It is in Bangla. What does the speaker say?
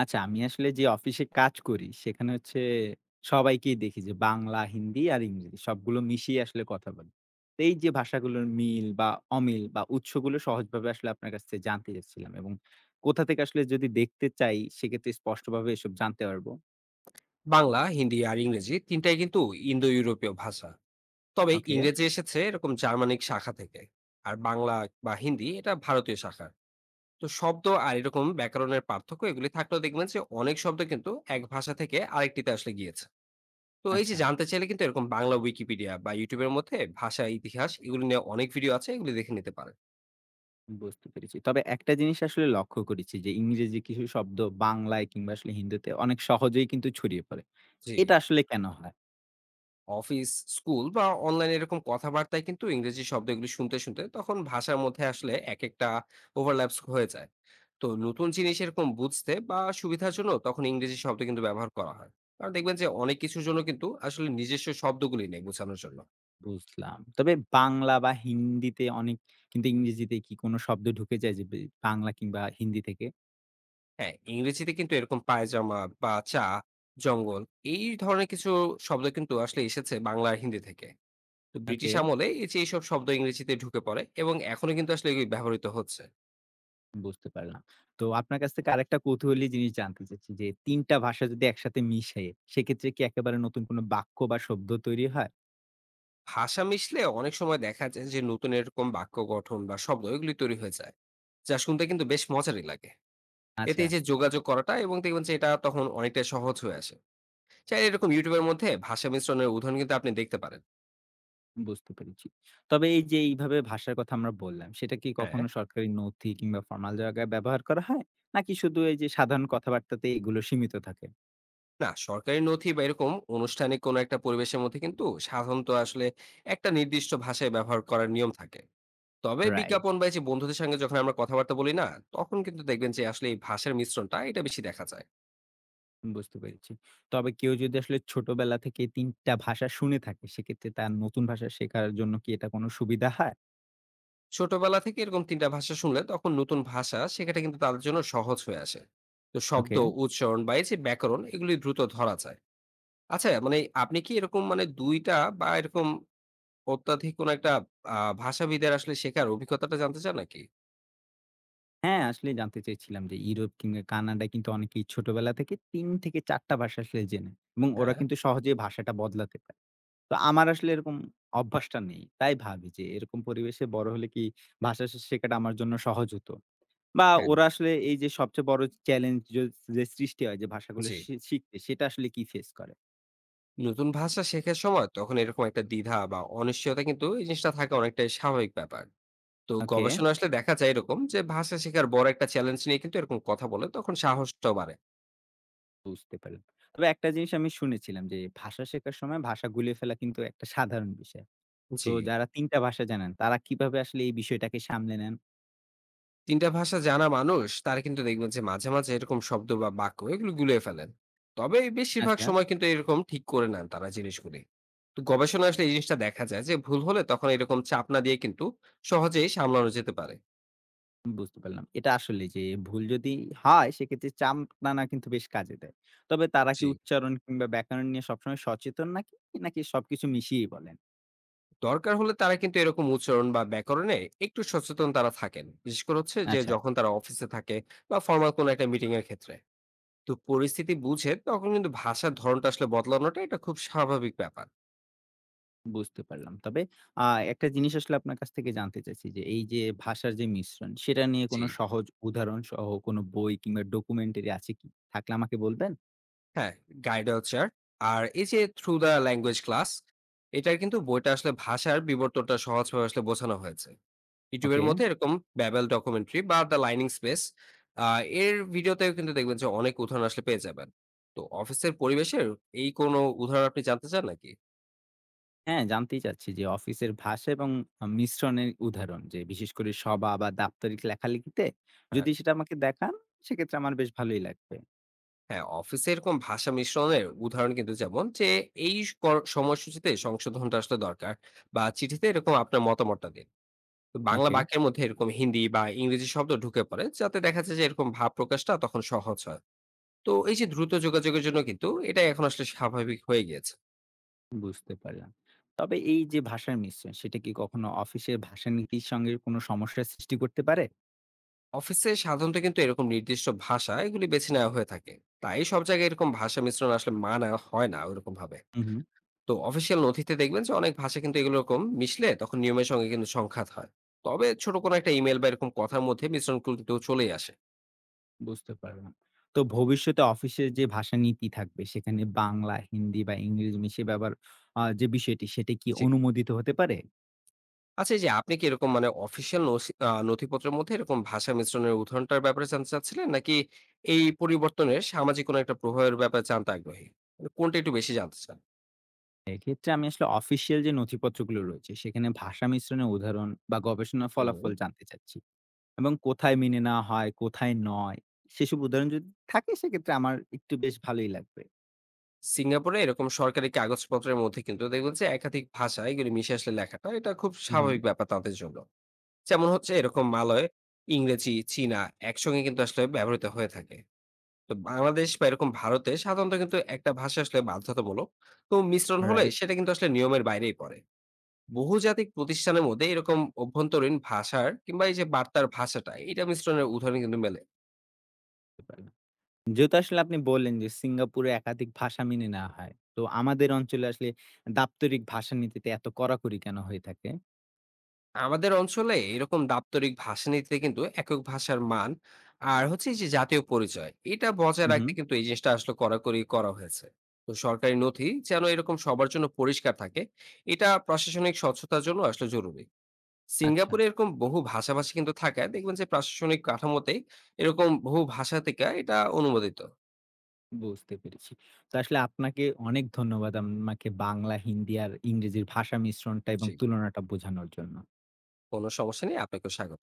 আচ্ছা, আমি আসলে যে অফিসে কাজ করি, সেখানে হচ্ছে সবাইকেই দেখি যে বাংলা, হিন্দি আর ইংরেজি সবগুলো মিশিয়ে আসলে কথা বলে। তো এই যে ভাষাগুলোর মিল বা অমিল বা উৎসগুলো সহজভাবে আসলে আপনার কাছ থেকে জানতে চাচ্ছিলাম, এবং কোথা থেকে আসলে যদি দেখতে চাই, সেক্ষেত্রে স্পষ্টভাবে এসব জানতে পারবো। বাংলা, হিন্দি আর ইংরেজি তিনটাই কিন্তু ইন্দো ইউরোপীয় ভাষা। তবে ওকে, ইংরেজি এসেছে এরকম জার্মানিক শাখা থেকে। আর বাংলা বা হিন্দি এটা ভারতীয় শাখা। তো শব্দ আর এরকম ব্যাকরণের পার্থক্য এগুলি থাকলেও দেখবেন যে অনেক শব্দ কিন্তু এক ভাষা থেকে আরেকটিতে আসলে গিয়েছে। তো এই যে আচ্ছা, জানতে চাইলে কিন্তু এরকম বাংলা উইকিপিডিয়া বা ইউটিউবের মধ্যে ভাষা ইতিহাস এগুলি নিয়ে অনেক ভিডিও আছে, এগুলি দেখে নিতে পারেন। বুঝতে পেরেছি। তবে একটা জিনিস আসলে লক্ষ্য করেছি যে ইংরেজি কিছু শব্দ বাংলায় কিংবা আসলে হিন্দিতে অনেক সহজেই কিন্তু ছড়িয়ে পড়ে। জি। এটা আসলে কেন হয়? অফিস, স্কুল বা অনলাইন এরকম কথাবার্তায় কিন্তু ইংরেজি শব্দ এগুলি শুনতে তখন ভাষার মধ্যে আসলে একেকটা ওভারল্যাপস হয়ে যায়। তো নতুন জিনিস এরকম বুঝতে বা সুবিধার জন্য তখন ইংরেজি শব্দ কিন্তু ব্যবহার করা হয়। কারণ দেখবেন যে অনেক কিছুর জন্য কিন্তু আসলে নিজস্ব শব্দগুলি নেই বোঝানোর জন্য। বুঝলাম। তবে বাংলা বা হিন্দিতে অনেক কিন্তু ইংরেজিতে কি কোন শব্দ ঢুকে যায় যে বাংলা কিংবা হিন্দি থেকে? হ্যাঁ, ইংরেজিতে কিন্তু এরকম পায়জামা বা চা, জঙ্গল এই ধরনের কিছু শব্দ কিন্তু আসলে এসেছে বাংলা আর হিন্দি থেকে। তো ব্রিটিশ ওকে। আমলে এই যে এইসব শব্দ ইংরেজিতে ঢুকে পড়ে এবং এখনো কিন্তু আসলে এগুলি ব্যবহৃত হচ্ছে। বুঝতে পারলাম। তো আপনার কাছ থেকে আরেকটা কৌতূহলী জিনিস জানতে চাচ্ছি যে ৩ টা ভাষা যদি একসাথে মিশে, সেক্ষেত্রে কি একেবারে নতুন কোন বাক্য বা শব্দ তৈরি হয়? ভাষা মিশলে অনেক সময় দেখা যায় যে নতুন এরকম বাক্য গঠন বা শব্দ এগুলি তৈরি হয়ে যায়, যা শুনতে কিন্তু বেশ মজারই লাগে। এতে আচ্ছা। এই যে যোগাযোগ করাটা এবং দেখবেন যে এটা তখন অনেকটা সহজ হয়ে আসে। চাই এরকম ইউটিউবের মধ্যে ভাষা মিশ্রণের উদাহরণ কিন্তু আপনি দেখতে পারেন। বুঝতে পেরেছি। তবে এই যে এইভাবে ভাষার কথা আমরা বললাম, সেটা কি হ্যাঁ। কখনো সরকারি নথি কিংবা ফরমাল জায়গায় ব্যবহার করা হয়? নাকি শুধু এই যে সাধারণ কথাবার্তাতে এগুলো সীমিত থাকে? না, সরকারি নথি বা এরকম আনুষ্ঠানিক কোনো একটা পরিবেশের মধ্যে কিন্তু সাধারণত আসলে একটা নির্দিষ্ট ভাষায় ব্যবহার করার নিয়ম থাকে। তবে রাইট। বিজ্ঞাপন বা এই যে বন্ধুদের সঙ্গে যখন আমরা কথাবার্তা বলি না, তখন কিন্তু দেখবেন যে আসলে এই ভাষার মিশ্রণটা এটা বেশি দেখা যায়। বুঝতে পেরেছি। তবে কেউ যদি আসলে ছোটবেলা থেকে ৩ টা ভাষা শুনে থাকে, সেক্ষেত্রে তার নতুন ভাষা শেখার জন্য কি এটা কোনো সুবিধা হয়? ছোটবেলা থেকে এরকম তিনটা ভাষা শুনলে তখন নতুন ভাষা শেখাটা কিন্তু তাদের জন্য সহজ হয়ে আসে। তো শব্দ, ওকে। উচ্চারণ বা এই যে ব্যাকরণ এগুলি দ্রুত ধরা যায়। আচ্ছা, মানে আপনি কি এরকম মানে দুইটা বা এরকম অত্যাধিক কোন একটা ভাষাবিদের আসলে শেখার অভিজ্ঞতাটা জানতে চান নাকি? হ্যাঁ, আসলেই জানতে চেয়েছিলাম যে ইউরোপ কিংবা কানাডায় কিন্তু অনেকেই ছোটবেলা থেকে ৩ থেকে ৪ টা ভাষা আসলে জেনে, এবং ওরা হ্যাঁ কিন্তু সহজে ভাষাটা বদলাতে পারে। তো আমার আসলে এরকম অভ্যাসটা নেই। তাই ভাবি যে এরকম পরিবেশে বড় হলে কি ভাষা শেখাটা আমার জন্য সহজ হতো? বা হ্যাঁ ওরা আসলে এই যে সবচেয়ে বড় চ্যালেঞ্জ যে সৃষ্টি হয় যে ভাষাগুলো জি। শিখতে, সেটা আসলে কি ফেস করে? নতুন ভাষা শেখার সময় তখন এরকম একটা দ্বিধা বা অনিশ্চয়তা কিন্তু এই জিনিসটা থাকা অনেকটাই স্বাভাবিক ব্যাপার। তো ওকে। গবেষণা আসলে দেখা যায় এরকম যে ভাষা শেখার বড় একটা চ্যালেঞ্জ নিয়ে কিন্তু এরকম কথা বলে তখন সাহসটাও বাড়ে। বুঝতে পারলাম। তবে একটা জিনিস আমি শুনেছিলাম যে ভাষা শেখার সময় ভাষা গুলিয়ে ফেলা কিন্তু একটা সাধারণ বিষয়। তো জি। যারা ৩ টা ভাষা জানেন, তারা কিভাবে আসলে এই বিষয়টাকে সামলে নেন? ৩ টা ভাষা জানা মানুষ তারা কিন্তু দেখবেন যে মাঝে মাঝে এরকম শব্দ বা বাক্য এগুলো গুলিয়ে ফেলেন। তবে বেশিরভাগ আচ্ছা, সময় কিন্তু এরকম ঠিক করে নেন তারা জিনিসগুলি। তো গবেষণায় আসলে এই জিনিসটা দেখা যায় যে ভুল হলে তখন এরকম চাপ না দিয়ে কিন্তু সহজেই সামলানো যেতে পারে। বুঝতে পারলাম। এটা আসলে যে ভুল যদি হয়, সেক্ষেত্রে চামড়ানা কিন্তু বেশ কাজে দেয়। তবে তারা কি জি। উচ্চারণ কিংবা ব্যাকরণ নিয়ে সবসময় সচেতন, নাকি নাকি সবকিছু মিশিয়েই বলেন? দরকার হলে তারা কিন্তু এরকম উচ্চারণ বা ব্যাকরণে একটু সচেতন তারা থাকেন। বিশেষ করে হচ্ছে যে আচ্ছা। যখন তারা অফিসে থাকে বা ফরমাল কোনো একটা মিটিং এর ক্ষেত্রে। তো পরিস্থিতি বুঝে তখন কিন্তু ভাষার ধরণটা আসলে বদলানোটা এটা খুব স্বাভাবিক ব্যাপার। বুঝতে পারলাম। তবে আ একটা জিনিস আসলে আপনার কাছ থেকে জানতে চাইছি যে, এই যে ভাষার যে মিশ্রণ, সেটা নিয়ে জি। কোনো সহজ উদাহরণ সহ কোনো বই কিংবা ডকুমেন্টারি আছে কি? থাকলে আমাকে বলবেন? হ্যাঁ, গাইডাল চেয়ার আর এই যে থ্রু দ্য ল্যাঙ্গুয়েজ ক্লাস, এটার কিন্তু বইটা আসলে ভাষার বিবর্তনটা সহজভাবে আসলে বোঝানো হয়েছে। YouTube এর ওকে। মধ্যে এরকম ব্যাবেল ডকুমেন্টারি বা দ্য লাইনিং স্পেস আ এর ভিডিওতেও কিন্তু দেখবেন যে অনেক উদাহরণ আসলে পেয়ে যাবেন। তো অফিসের পরিবেশের এই কোনো উদাহরণ আপনি জানতে চান নাকি? হ্যাঁ, জানতেই চাচ্ছি যে অফিসের ভাষা এবং মিশ্রণের উদাহরণ, যে বিশেষ করে সভা বা দাপ্তরিক লেখালেখিতে, হ্যাঁ, যদি সেটা আমাকে দেখান, সেক্ষেত্রে আমার বেশ ভালোই লাগবে। হ্যাঁ, অফিসে এরকম ভাষা মিশ্রণের উদাহরণ কিন্তু যেমন যে এই কর সময়সূচিতে সংশোধনটা আসলে দরকার বা চিঠিতে এরকম আপনার মতামতটা দিন। তো বাংলা ওকে, বাক্যের মধ্যে এরকম হিন্দি বা ইংরেজি শব্দ ঢুকে পড়ে, যাতে দেখা যায় যে এরকম ভাব প্রকাশটা তখন সহজ হয়। তো এই যে দ্রুত যোগাযোগের জন্য কিন্তু এটা এখন আসলে স্বাভাবিক হয়ে গিয়েছে। বুঝতে পারলাম। তবে এই যে ভাষার মিশ্রণ, সেটা কি কখনো অফিসের ভাষানীতির সঙ্গে কোনো সমস্যার সৃষ্টি করতে পারে? অফিসে সাধারণত কিন্তু এরকম নির্দিষ্ট ভাষা এগুলি বেছে নেওয়া হয়ে থাকে। তাই সব জায়গায় এরকম ভাষা মিশ্রণ আসলে মানা হয় না ওরকম ভাবে। হু, হু। তো অফিসিয়াল নথিতে দেখবেন যে অনেক ভাষা কিন্তু এগুলো এরকম মিশলে তখন নিয়মের সঙ্গে কিন্তু সংঘাত হয়। তবে ছোট কোনো একটা ইমেল বা এরকম কথার মধ্যে মিশ্রণ কিন্তু চলেই আসে। বুঝতে পারলাম। তো ভবিষ্যতে অফিসের যে ভাষা নীতি থাকবে, সেখানে বাংলা, হিন্দি বা ইংরেজি মিশিয়ে ব্যবহার যে বিষয়টি সেটি কি অনুমোদিত হতে পারে? আচ্ছা, এই যে আপনি কি এরকম মানে অফিসিয়াল নথিপত্রের মধ্যে এরকম ভাষা মিশ্রণের উদাহরণটার ব্যাপারে জানতে চাচ্ছিলেন নাকি এই পরিবর্তনের সামাজিক কোনো একটা প্রভাবের ব্যাপারে জানতে আগ্রহী? মানে কোনটা একটু বেশি জানতে চান? এক্ষেত্রে আমি আসলে অফিসিয়াল যে নথিপত্রগুলো রয়েছে সেখানে ভাষা মিশ্রণের উদাহরণ বা গবেষণার হুম। ফলাফল জানতে চাচ্ছি। এবং কোথায় মেনে নেওয়া হয়, কোথায় নয়, সেসব উদাহরণ যদি থাকে সেক্ষেত্রে আমার একটু বেশ ভালোই লাগবে। সিঙ্গাপুরে এরকম সরকারি কাগজপত্রের মধ্যে কিন্তু দেখবেন যে একাধিক ভাষা এগুলি মিশে আসলে লেখাটা এটা খুব হুম, হুম। স্বাভাবিক ব্যাপার তাদের জন্য। যেমন হচ্ছে এরকম মালয়, ইংরেজি, চীনা একসঙ্গে কিন্তু আসলে ব্যবহৃত হয়ে থাকে। তো বাংলাদেশ বা এরকম ভারতে সাধারণত কিন্তু একটা ভাষা আসলে বাধ্যতামূলক। তো মিশ্রণ হলে রাইট। সেটা কিন্তু আসলে নিয়মের বাইরেই পড়ে। বহুজাতিক প্রতিষ্ঠানের মধ্যে এরকম অভ্যন্তরীণ ভাষার কিংবা এই যে বার্তার ভাষাটা এটা মিশ্রণের উদাহরণ কিন্তু মেলে। যেহেতু আসলে আপনি বললেন যে সিঙ্গাপুরে একাধিক ভাষা মেনে নেওয়া হয়। তো আমাদের অঞ্চলে আসলে দাপ্তরিক ভাষানীতিতে এত কড়াকড়ি কেন হয়ে থাকে? আমাদের অঞ্চলে এরকম দাপ্তরিক ভাষানীতিতে কিন্তু একক ভাষার মান আর হচ্ছে এই যে জাতীয় পরিচয় এটা বজায় হুম, রাখতে হুম। কিন্তু এই জিনিসটা আসলে কড়াকড়ি করা হয়েছে। তো সরকারি নথি যেন এরকম সবার জন্য পরিষ্কার থাকে, এটা প্রশাসনিক স্বচ্ছতার জন্য আসলে জরুরি। আচ্ছা। সিঙ্গাপুরে এরকম বহু ভাষাভাষী কিন্তু থাকায় দেখবেন যে প্রশাসনিক কাঠামোতে এরকম বহু ভাষা থেকে এটা অনুমোদিত। বুঝতে পেরেছি। তো আসলে আপনাকে অনেক ধন্যবাদ আমাকে বাংলা, হিন্দি আর ইংরেজির ভাষা মিশ্রণটা এবং জি, তুলনাটা বোঝানোর জন্য। কোনো সমস্যা নেই, আপনাকে স্বাগত।